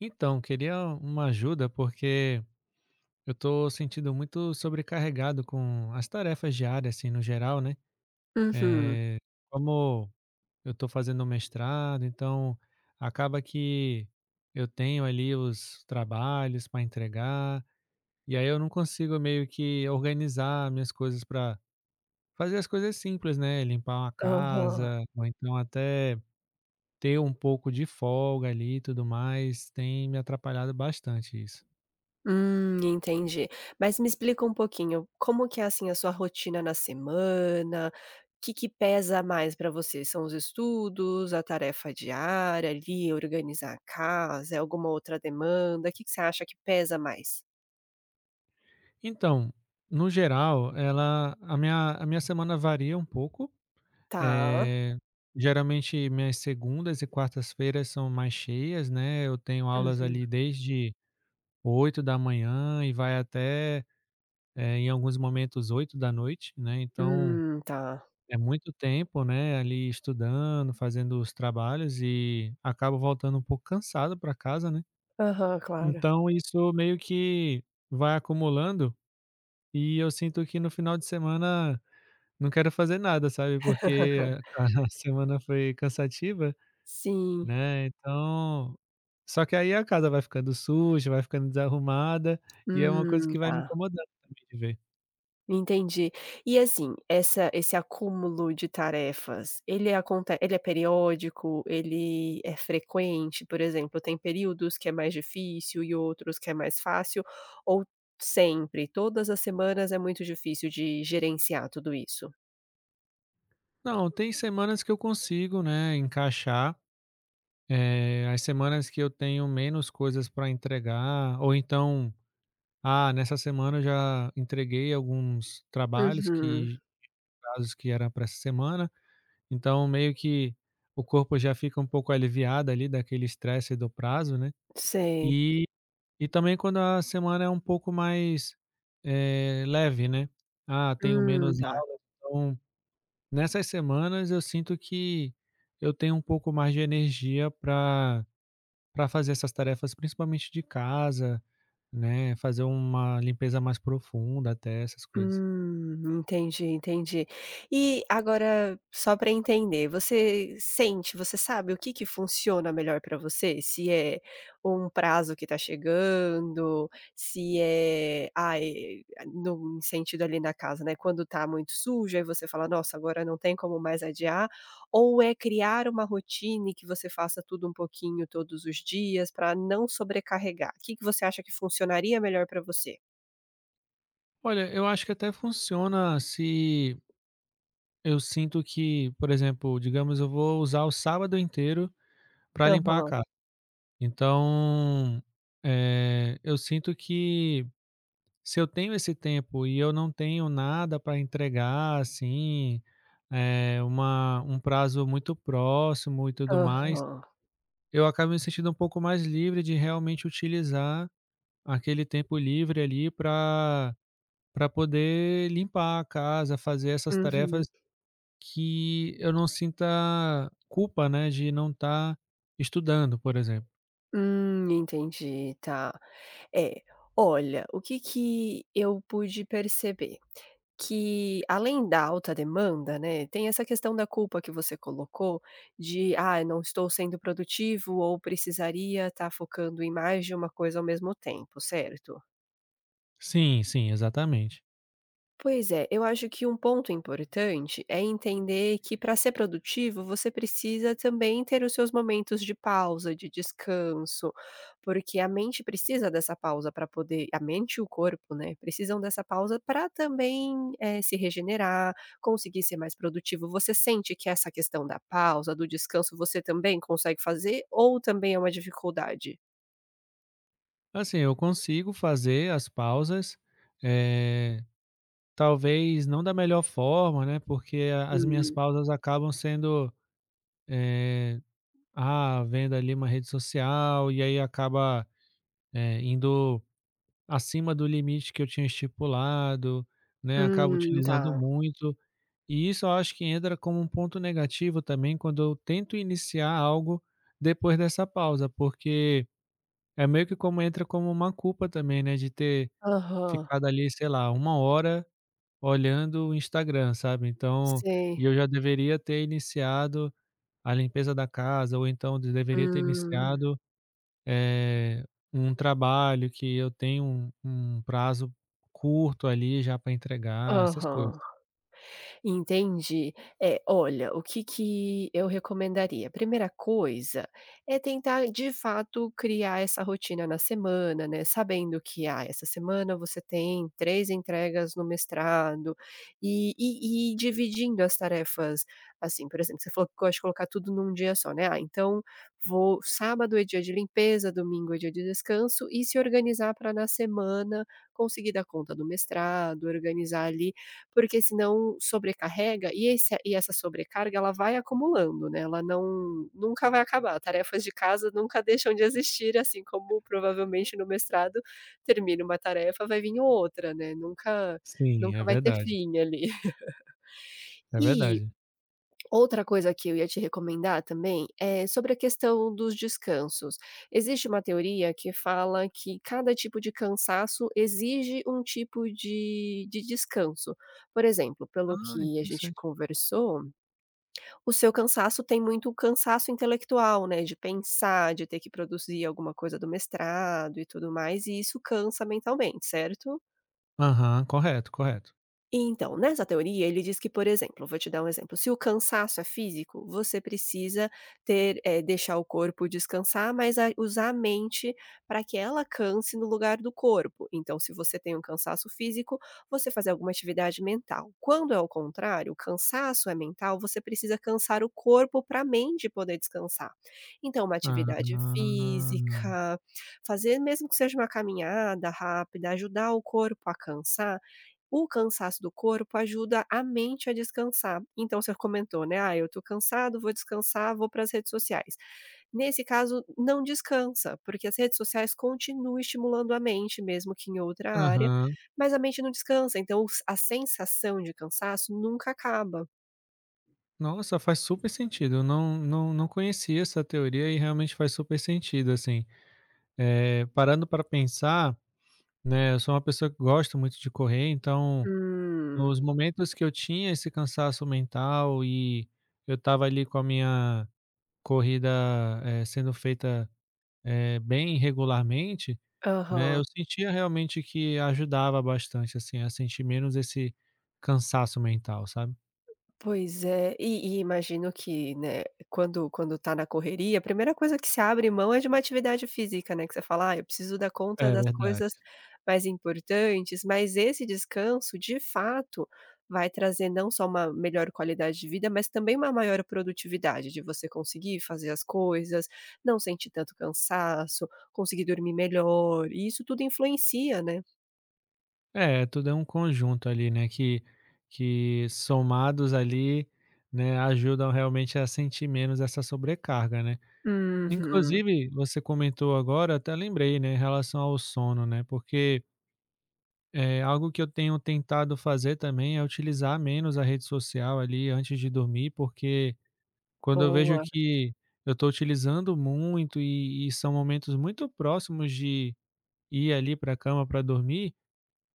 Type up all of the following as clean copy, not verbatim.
Então, queria uma ajuda porque eu tô sentindo muito sobrecarregado com as tarefas diárias, assim, no geral, né? Uhum. Eh, como eu tô fazendo mestrado, então acaba que eu tenho ali os trabalhos para entregar, e aí eu não consigo meio que organizar minhas coisas para fazer as coisas simples, né? Limpar uma Aham. casa, ou então até ter um pouco de folga ali e tudo mais, tem me atrapalhado bastante isso. Entendi. Mas me explica um pouquinho, como que é, assim, a sua rotina na semana? O que que pesa mais para você? São os estudos, a tarefa diária ali, organizar a casa, é alguma outra demanda? O que que você acha que pesa mais? Então, no geral, ela a minha semana varia um pouco, Tá. eh, geralmente minhas segundas e quartas-feiras são mais cheias, né, eu tenho aulas Uhum. ali desde oito da manhã e vai até em alguns momentos oito da noite, né, então Tá. é muito tempo, né, ali estudando, fazendo os trabalhos e acabo voltando um pouco cansado para casa, né. Aham, claro. Então isso meio que vai acumulando e eu sinto que no final de semana não quero fazer nada, sabe, porque a a semana foi cansativa, Sim. né, então só que aí a casa vai ficando suja, vai ficando desarrumada, e é uma coisa que vai me Tá. incomodando também de ver. Entendi. E assim, essa esse acúmulo de tarefas, ele acontece, ele é periódico? Ele é frequente? Por exemplo, tem períodos que é mais difícil e outros que é mais fácil? Ou sempre, todas as semanas é muito difícil de gerenciar tudo isso? Não, tem semanas que eu consigo, né, encaixar, as semanas que eu tenho menos coisas para entregar, ou então, ah, nessa semana eu já entreguei alguns trabalhos Uhum. que prazos que eram para essa semana. Então, meio que o corpo já fica um pouco aliviado ali daquele estresse do prazo, né. Sei. E e também quando a semana é um pouco mais, leve, né. Ah, tenho menos Tá. aula, então nessas semanas eu sinto que eu tenho um pouco mais de energia para fazer essas tarefas, principalmente de casa, né, fazer uma limpeza mais profunda até, essas coisas. Entendi, entendi. E agora, só para entender, você sente, você sabe o que que funciona melhor para você? Se é um prazo que está chegando, se é, ai, no sentido ali na casa, né? Quando tá muito sujo, aí você fala, nossa, agora não tem como mais adiar, ou é criar uma rotina e que você faça tudo um pouquinho todos os dias para não sobrecarregar. O que que você acha que funcionaria melhor para você? Olha, eu acho que até funciona se eu sinto que, por exemplo, digamos, eu vou usar o sábado inteiro para limpar a Aham, casa. Então, eu sinto que se eu tenho esse tempo e eu não tenho nada para entregar, assim, eh, uma um prazo muito próximo e tudo mais, aham. eu acabo me sentindo um pouco mais livre de realmente utilizar aquele tempo livre ali para poder limpar a casa, fazer essas Uhum. tarefas que eu não sinta culpa, né, de não estar estudando, por exemplo. Entendi, tá. É, olha, o que que eu pude perceber? Que além da alta demanda, né, tem essa questão da culpa que você colocou de: "Ah, não estou sendo produtivo ou precisaria estar focando em mais de uma coisa ao mesmo tempo", certo? Sim, sim, exatamente. Pois é, eu acho que um ponto importante é entender que para ser produtivo você precisa também ter os seus momentos de pausa, de descanso, porque a mente precisa dessa pausa para poder, a mente e o corpo, né, precisam dessa pausa para também se regenerar, conseguir ser mais produtivo. Você sente que essa questão da pausa, do descanso, você também consegue fazer ou também é uma dificuldade? Assim, eu consigo fazer as pausas, eh, talvez não da melhor forma, né, porque a as minhas Hum, pausas acabam sendo, eh, ah, vendo ali uma rede social e aí acaba, indo acima do limite que eu tinha estipulado, né, acabo utilizando tá. muito. E isso eu acho que entra como um ponto negativo também quando eu tento iniciar algo depois dessa pausa, porque é meio que como entra como uma culpa também, né, de ter Aham, ficado ali, sei lá, uma hora olhando o Instagram, sabe. Então sei. e eu já deveria ter iniciado a limpeza da casa ou então de deveria ter Hum, iniciado, eh, um trabalho que eu tenho um prazo curto ali já para entregar, essas coisas. aham. Entendi. É, olha, o que que eu recomendaria? Primeira coisa é tentar, de fato, criar essa rotina na semana, né, sabendo que, ah, essa semana você tem 3 entregas no mestrado e dividindo as tarefas, assim, por exemplo, você falou que gosta de colocar tudo num dia só, né, ah, então vou sábado é dia de limpeza, domingo é dia de descanso e se organizar para na semana conseguir dar conta do mestrado, organizar ali porque senão sobrecarrega e essa sobrecarga ela vai acumulando, né, ela não nunca vai acabar, tarefas de casa nunca deixam de existir, assim como provavelmente no mestrado termina uma tarefa, vai vir outra, né, nunca Sim, nunca é vai ter verdade, fim ali. é E verdade. outra coisa que eu ia te recomendar também é sobre a questão dos descansos. Existe uma teoria que fala que cada tipo de cansaço exige um tipo de descanso. Por exemplo, pelo Ah, que a gente interessante. conversou, o seu cansaço tem muito cansaço intelectual, né? De pensar, de ter que produzir alguma coisa do mestrado e tudo mais, e isso cansa mentalmente, certo? Aham, correto, correto. E então, nessa teoria, ele diz que, por exemplo, vou te dar um exemplo, se o cansaço é físico, você precisa ter, deixar o corpo descansar, mas a usar a mente para que ela canse no lugar do corpo. Então, se você tem um cansaço físico, você fazer alguma atividade mental. Quando é o contrário, o cansaço é mental, você precisa cansar o corpo para a mente poder descansar. Então, uma atividade Ah. física, fazer mesmo que seja uma caminhada rápida, ajudar o corpo a cansar o cansaço do corpo ajuda a mente a descansar. Então você comentou, né: "Ah, eu tô cansado, vou descansar, vou para as redes sociais". Nesse caso, não descansa, porque as redes sociais continuam estimulando a mente, mesmo que em outra área, Aham. mas a mente não descansa, então o a sensação de cansaço nunca acaba. Nossa, faz super sentido. Eu não conhecia essa teoria e realmente faz super sentido, assim. Parando para pensar, né, eu sou uma pessoa que gosta muito de correr, então Hum. nos momentos que eu tinha esse cansaço mental e eu estava ali com a minha corrida, sendo feita, bem regularmente, né, Aham. eu sentia realmente que ajudava bastante, assim, a sentir menos esse cansaço mental, sabe. Pois é, e imagino que, né, quando tá na correria, a primeira coisa que se abre mão é de uma atividade física, né, que você fala: "Ah, eu preciso dar conta É das verdade. coisas mais importantes", mas esse descanso, de fato, vai trazer não só uma melhor qualidade de vida, mas também uma maior produtividade, de você conseguir fazer as coisas, não sentir tanto cansaço, conseguir dormir melhor, e isso tudo influencia, né. É, tudo é um conjunto ali, né, que somados ali, né, ajudam realmente a sentir menos essa sobrecarga, né. Uhum. Inclusive, você comentou agora, até lembrei, né, em relação ao sono, né, porque é algo que eu tenho tentado fazer também é utilizar menos a rede social ali antes de dormir, porque quando eu vejo Boa. que eu estou utilizando muito e são momentos muito próximos de ir ali para a cama para dormir,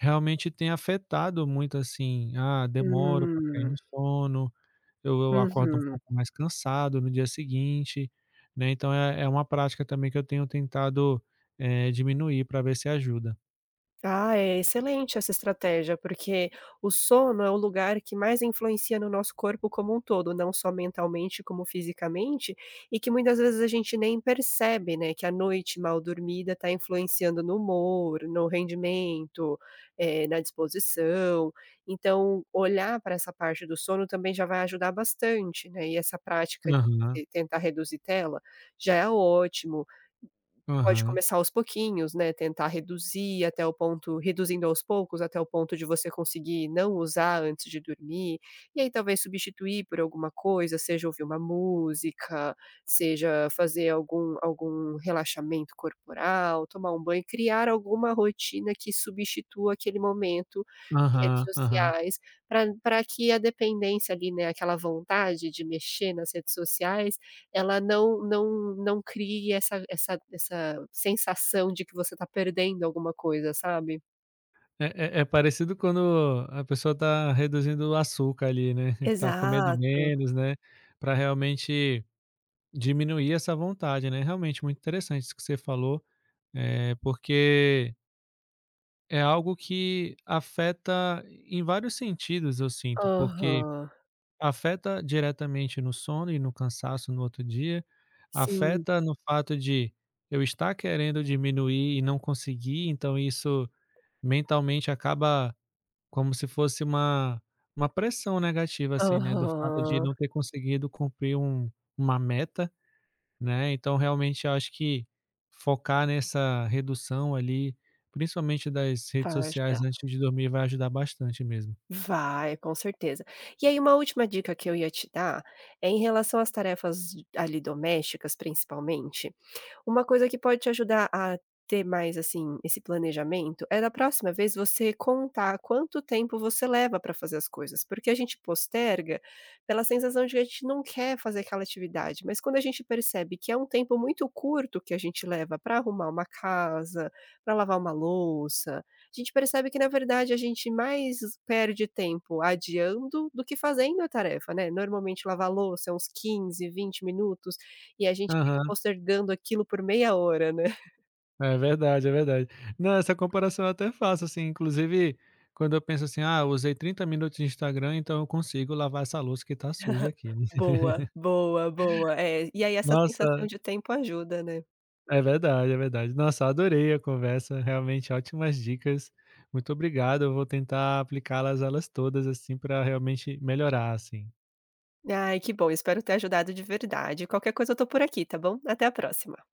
realmente tem afetado muito, assim, ah, demoro para cair Hum. no sono, eu acordo um Uhum. pouco mais cansado no dia seguinte, né, então é uma prática também que eu tenho tentado, diminuir para ver se ajuda. Ah, é excelente essa estratégia, porque o sono é o lugar que mais influencia no nosso corpo como um todo, não só mentalmente como fisicamente, e que muitas vezes a gente nem percebe, né, que a noite mal dormida está influenciando no humor, no rendimento, na disposição. Então, olhar para essa parte do sono também já vai ajudar bastante, né, e essa prática Aham, de tentar reduzir tela já é ótimo. Pode aham, começar aos pouquinhos, né, tentar reduzir até o ponto reduzindo aos poucos até o ponto de você conseguir não usar antes de dormir, e aí talvez substituir por alguma coisa, seja ouvir uma música, seja fazer algum relaxamento corporal, tomar um banho, criar alguma rotina que substitua aquele momento de redes aham, aham. sociais, para que a dependência ali, né, aquela vontade de mexer nas redes sociais, ela não não não crie essa sensação de que você tá perdendo alguma coisa, sabe? É é parecido quando a pessoa está reduzindo o açúcar ali, né, está comendo Exato. menos, né, para realmente diminuir essa vontade, né. Realmente muito interessante isso que você falou, é porque é algo que afeta em vários sentidos, eu sinto, porque Aham. afeta diretamente no sono e no cansaço no outro dia, Sim. afeta no fato de eu estar querendo diminuir e não conseguir, então isso mentalmente acaba como se fosse uma pressão negativa, assim, né, do fato de Aham. não ter conseguido cumprir uma meta, né, então realmente eu acho que focar nessa redução ali, principalmente das redes Vai sociais ajudar. antes de dormir vai ajudar bastante mesmo. Vai, com certeza. E aí uma última dica que eu ia te dar, é em relação às tarefas ali domésticas, principalmente. Uma coisa que pode te ajudar a ter mais, assim, esse planejamento, é da próxima vez você contar quanto tempo você leva para fazer as coisas, porque a gente posterga pela sensação de que a gente não quer fazer aquela atividade, mas quando a gente percebe que é um tempo muito curto que a gente leva para arrumar uma casa, para lavar uma louça, a gente percebe que na verdade a gente mais perde tempo adiando do que fazendo a tarefa, né. Normalmente lavar louça é uns 15, 20 minutos, e a gente fica Aham. postergando aquilo por meia hora, né. É verdade, é verdade. Não, essa comparação eu até faço, assim, inclusive quando eu penso assim: "Ah, eu usei 30 minutos de Instagram, então eu consigo lavar essa louça que tá suja aqui", né. Boa, boa, boa. É, e aí essa sensação Nossa, de tempo ajuda, né. é verdade, é verdade. Nossa, adorei a conversa, realmente ótimas dicas. Muito obrigado, eu vou tentar aplicá-las elas todas, assim, para realmente melhorar, assim. Ai, que bom, espero ter ajudado de verdade. Qualquer coisa eu tô por aqui, tá bom? Até a próxima.